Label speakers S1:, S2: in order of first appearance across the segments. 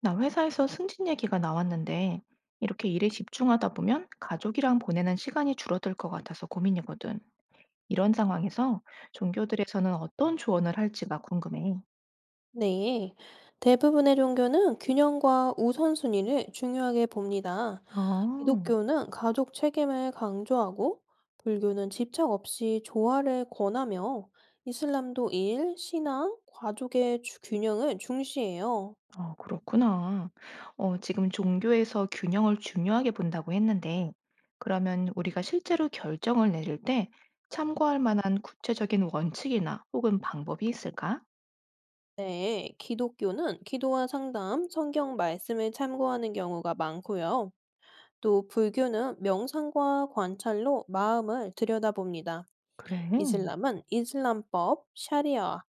S1: 나 회사에서 승진 얘기가 나왔는데 이렇게 일에 집중하다 보면 가족이랑 보내는 시간이 줄어들 것 같아서 고민이거든. 이런 상황에서 종교들에서는 어떤 조언을 할지가 궁금해.
S2: 네, 대부분의 종교는 균형과 우선순위를 중요하게 봅니다.
S1: 아,
S2: 기독교는 가족 책임을 강조하고, 불교는 집착 없이 조화를 권하며, 이슬람도 일, 신앙, 가족의 균형을 중시해요.
S1: 아, 그렇구나. 어, 지금 종교에서 균형을 중요하게 본다고 했는데, 그러면 우리가 실제로 결정을 내릴 때 참고할 만한 구체적인 원칙이나 혹은 방법이 있을까?
S2: 네, 기독교는 기도와 상담, 성경 말씀을 참고하는 경우가 많고요. 또 불교는 명상과 관찰로 마음을 들여다봅니다.
S1: 그래.
S2: 이슬람은 이슬람법, 샤리아와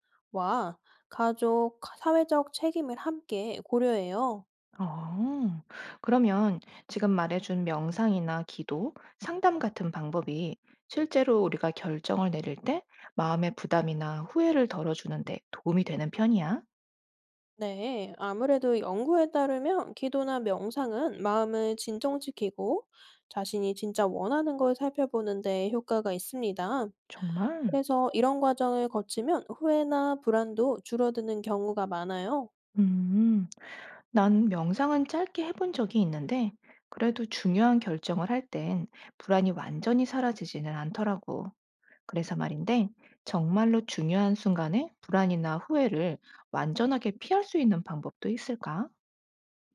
S2: 가족, 사회적 책임을 함께 고려해요.
S1: 어, 그러면 지금 말해준 명상이나 기도, 상담 같은 방법이 실제로 우리가 결정을 내릴 때 마음의 부담이나 후회를 덜어주는데 도움이 되는 편이야?
S2: 네, 아무래도 연구에 따르면 기도나 명상은 마음을 진정시키고 자신이 진짜 원하는 걸 살펴보는 데 효과가 있습니다.
S1: 정말?
S2: 그래서 이런 과정을 거치면 후회나 불안도 줄어드는 경우가 많아요.
S1: 음, 난 명상은 짧게 해본 적이 있는데 그래도 중요한 결정을 할 땐 불안이 완전히 사라지지는 않더라고. 그래서 말인데 정말로 중요한 순간에 불안이나 후회를 완전하게 피할 수 있는 방법도 있을까?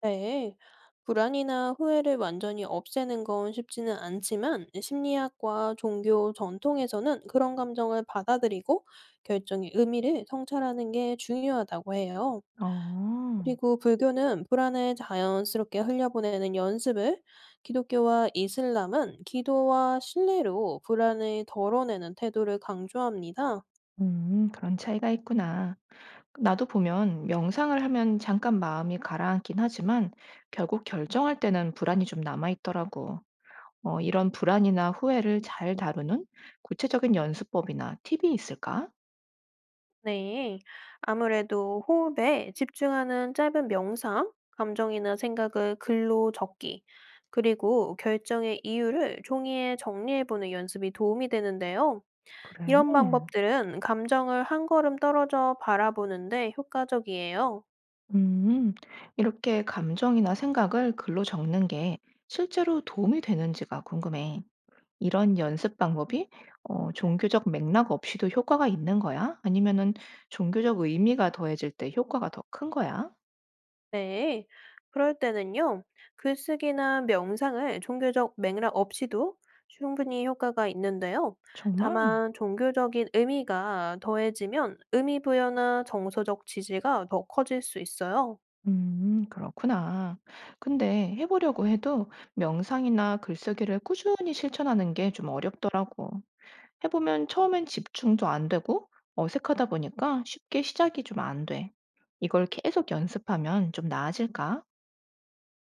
S2: 네, 불안이나 후회를 완전히 없애는 건 쉽지는 않지만 심리학과 종교 전통에서는 그런 감정을 받아들이고 결정의 의미를 성찰하는 게 중요하다고 해요.
S1: 어.
S2: 그리고 불교는 불안을 자연스럽게 흘려보내는 연습을, 기독교와 이슬람은 기도와 신뢰로 불안을 덜어내는 태도를 강조합니다.
S1: 그런 차이가 있구나. 나도 보면 명상을 하면 잠깐 마음이 가라앉긴 하지만 결국 결정할 때는 불안이 좀 남아있더라고. 어, 이런 불안이나 후회를 잘 다루는 구체적인 연습법이나 팁이 있을까?
S2: 네, 아무래도 호흡에 집중하는 짧은 명상, 감정이나 생각을 글로 적기, 그리고 결정의 이유를 종이에 정리해보는 연습이 도움이 되는데요.
S1: 그래.
S2: 이런 방법들은 감정을 한 걸음 떨어져 바라보는데 효과적이에요.
S1: 음, 이렇게 감정이나 생각을 글로 적는 게 실제로 도움이 되는지가 궁금해. 이런 연습 방법이 종교적 맥락 없이도 효과가 있는 거야? 아니면은 종교적 의미가 더해질 때 효과가 더 큰 거야?
S2: 네, 그럴 때는요, 글쓰기나 명상을 종교적 맥락 없이도 충분히 효과가 있는데요.
S1: 정말?
S2: 다만, 종교적인 의미가 더해지면 의미 부여나 정서적 지지가 더 커질 수 있어요.
S1: 그렇구나. 근데 해보려고 해도 명상이나 글쓰기를 꾸준히 실천하는 게 좀 어렵더라고. 해보면 처음엔 집중도 안 되고 어색하다 보니까 쉽게 시작이 좀 안 돼. 이걸 계속 연습하면 좀 나아질까?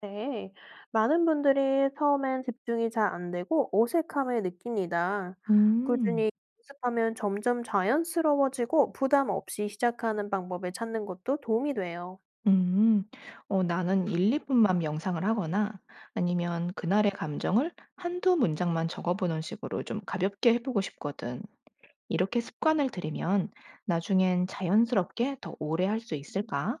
S2: 네, 많은 분들이 처음엔 집중이 잘 안 되고 어색함을 느낍니다.
S1: 음.
S2: 꾸준히 연습하면 점점 자연스러워지고 부담 없이 시작하는 방법을 찾는 것도 도움이 돼요.
S1: 음, 어, 나는 1, 2분만 명상을 하거나 아니면 그날의 감정을 한두 문장만 적어보는 식으로 좀 가볍게 해보고 싶거든. 이렇게 습관을 들이면 나중엔 자연스럽게 더 오래 할 수 있을까?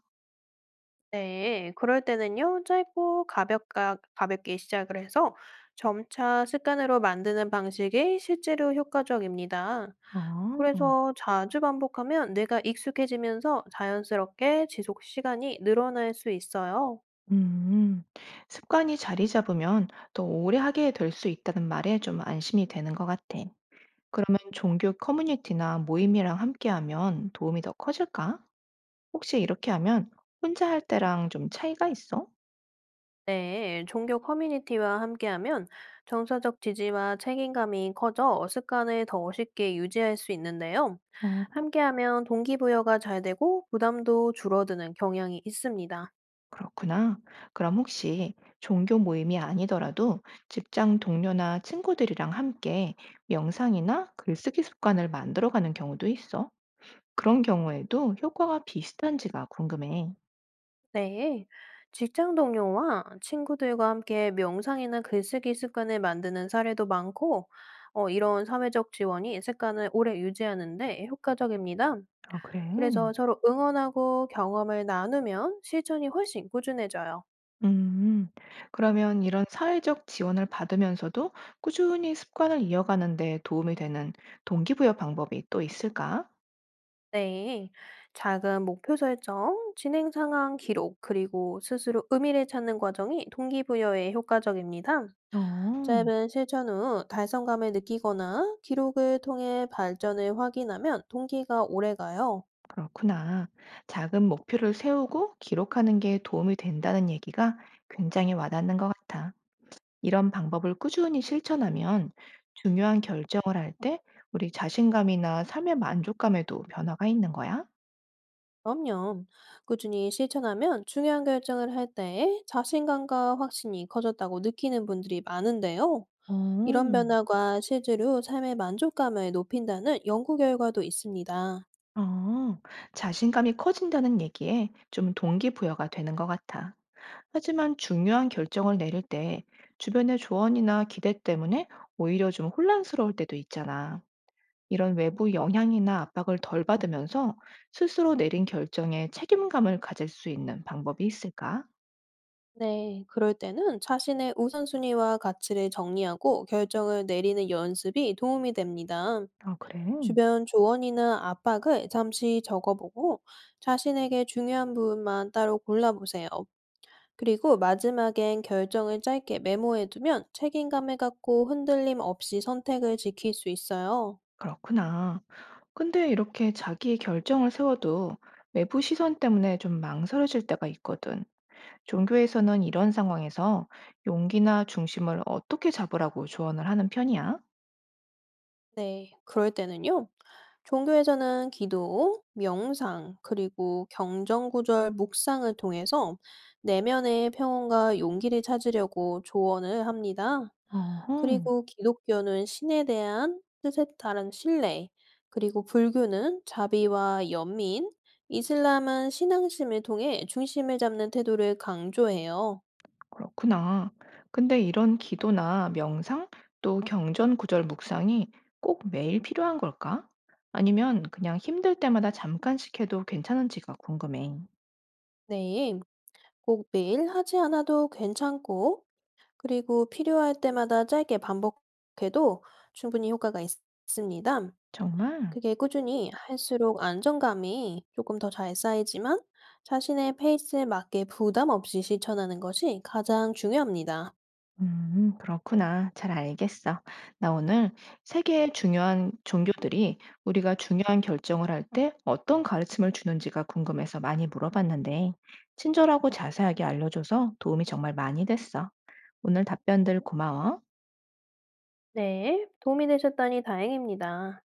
S2: 네, 그럴 때는요, 짧고 가볍게 시작을 해서 점차 습관으로 만드는 방식이 실제로 효과적입니다.
S1: 어,
S2: 그래서 자주 반복하면 뇌가 익숙해지면서 자연스럽게 지속 시간이 늘어날 수 있어요.
S1: 음, 습관이 자리 잡으면 더 오래 하게 될 수 있다는 말에 좀 안심이 되는 것 같아. 그러면 종교 커뮤니티나 모임이랑 함께하면 도움이 더 커질까? 혹시 이렇게 하면 혼자 할 때랑 좀 차이가 있어?
S2: 네, 종교 커뮤니티와 함께하면 정서적 지지와 책임감이 커져 습관을 더 쉽게 유지할 수 있는데요.
S1: 어,
S2: 함께하면 동기부여가 잘 되고 부담도 줄어드는 경향이 있습니다.
S1: 그렇구나. 그럼 혹시 종교 모임이 아니더라도 직장 동료나 친구들이랑 함께 명상이나 글쓰기 습관을 만들어가는 경우도 있어? 그런 경우에도 효과가 비슷한지가 궁금해.
S2: 네, 직장 동료와 친구들과 함께 명상이나 글쓰기 습관을 만드는 사례도 많고, 이런 사회적 지원이 습관을 오래 유지하는데 효과적입니다.
S1: 아, 그래?
S2: 그래서 서로 응원하고 경험을 나누면 실천이 훨씬 꾸준해져요.
S1: 음, 그러면 이런 사회적 지원을 받으면서도 꾸준히 습관을 이어가는 데 도움이 되는 동기부여 방법이 또 있을까?
S2: 네, 작은 목표 설정, 진행 상황 기록, 그리고 스스로 의미를 찾는 과정이 동기부여에 효과적입니다.
S1: 어.
S2: 짧은 실천 후 달성감을 느끼거나 기록을 통해 발전을 확인하면 동기가 오래 가요.
S1: 그렇구나. 작은 목표를 세우고 기록하는 게 도움이 된다는 얘기가 굉장히 와닿는 것 같아. 이런 방법을 꾸준히 실천하면 중요한 결정을 할 때 우리 자신감이나 삶의 만족감에도 변화가 있는 거야?
S2: 그럼요. 꾸준히 실천하면 중요한 결정을 할 때 자신감과 확신이 커졌다고 느끼는 분들이 많은데요. 이런
S1: 어,
S2: 변화가 실제로 삶의 만족감을 높인다는 연구 결과도 있습니다.
S1: 어, 자신감이 커진다는 얘기에 좀 동기부여가 되는 것 같아. 하지만 중요한 결정을 내릴 때 주변의 조언이나 기대 때문에 오히려 좀 혼란스러울 때도 있잖아. 이런 외부 영향이나 압박을 덜 받으면서 스스로 내린 결정에 책임감을 가질 수 있는 방법이 있을까?
S2: 네, 그럴 때는 자신의 우선순위와 가치를 정리하고 결정을 내리는 연습이 도움이 됩니다.
S1: 아, 그래.
S2: 주변 조언이나 압박을 잠시 적어보고 자신에게 중요한 부분만 따로 골라보세요. 그리고 마지막엔 결정을 짧게 메모해두면 책임감을 갖고 흔들림 없이 선택을 지킬 수 있어요.
S1: 그렇구나. 근데 이렇게 자기 결정을 세워도 외부 시선 때문에 좀 망설여질 때가 있거든. 종교에서는 이런 상황에서 용기나 중심을 어떻게 잡으라고 조언을 하는 편이야?
S2: 네, 그럴 때는요. 종교에서는 기도, 명상, 그리고 경전구절, 묵상을 통해서 내면의 평온과 용기를 찾으려고 조언을 합니다.
S1: 어허.
S2: 그리고 기독교는 신에 대한 뜻에 따른 신뢰, 그리고 불교는 자비와 연민, 이슬람은 신앙심을 통해 중심을 잡는 태도를 강조해요.
S1: 그렇구나. 근데 이런 기도나 명상 또 경전 구절 묵상이 꼭 매일 필요한 걸까? 아니면 그냥 힘들 때마다 잠깐씩 해도 괜찮은지가 궁금해.
S2: 네, 꼭 매일 하지 않아도 괜찮고, 그리고 필요할 때마다 짧게 반복해도 충분히 있습니다.
S1: 정말?
S2: 그게 꾸준히 할수록 안정감이 조금 더 잘 쌓이지만 자신의 페이스에 맞게 부담 없이 실천하는 것이 가장 중요합니다.
S1: 그렇구나. 잘 알겠어. 나 오늘 세계의 중요한 종교들이 우리가 중요한 결정을 할 때 어떤 가르침을 주는지가 궁금해서 많이 물어봤는데, 친절하고 자세하게 알려줘서 도움이 정말 많이 됐어. 오늘 답변들 고마워.
S2: 네, 도움이 되셨다니 다행입니다.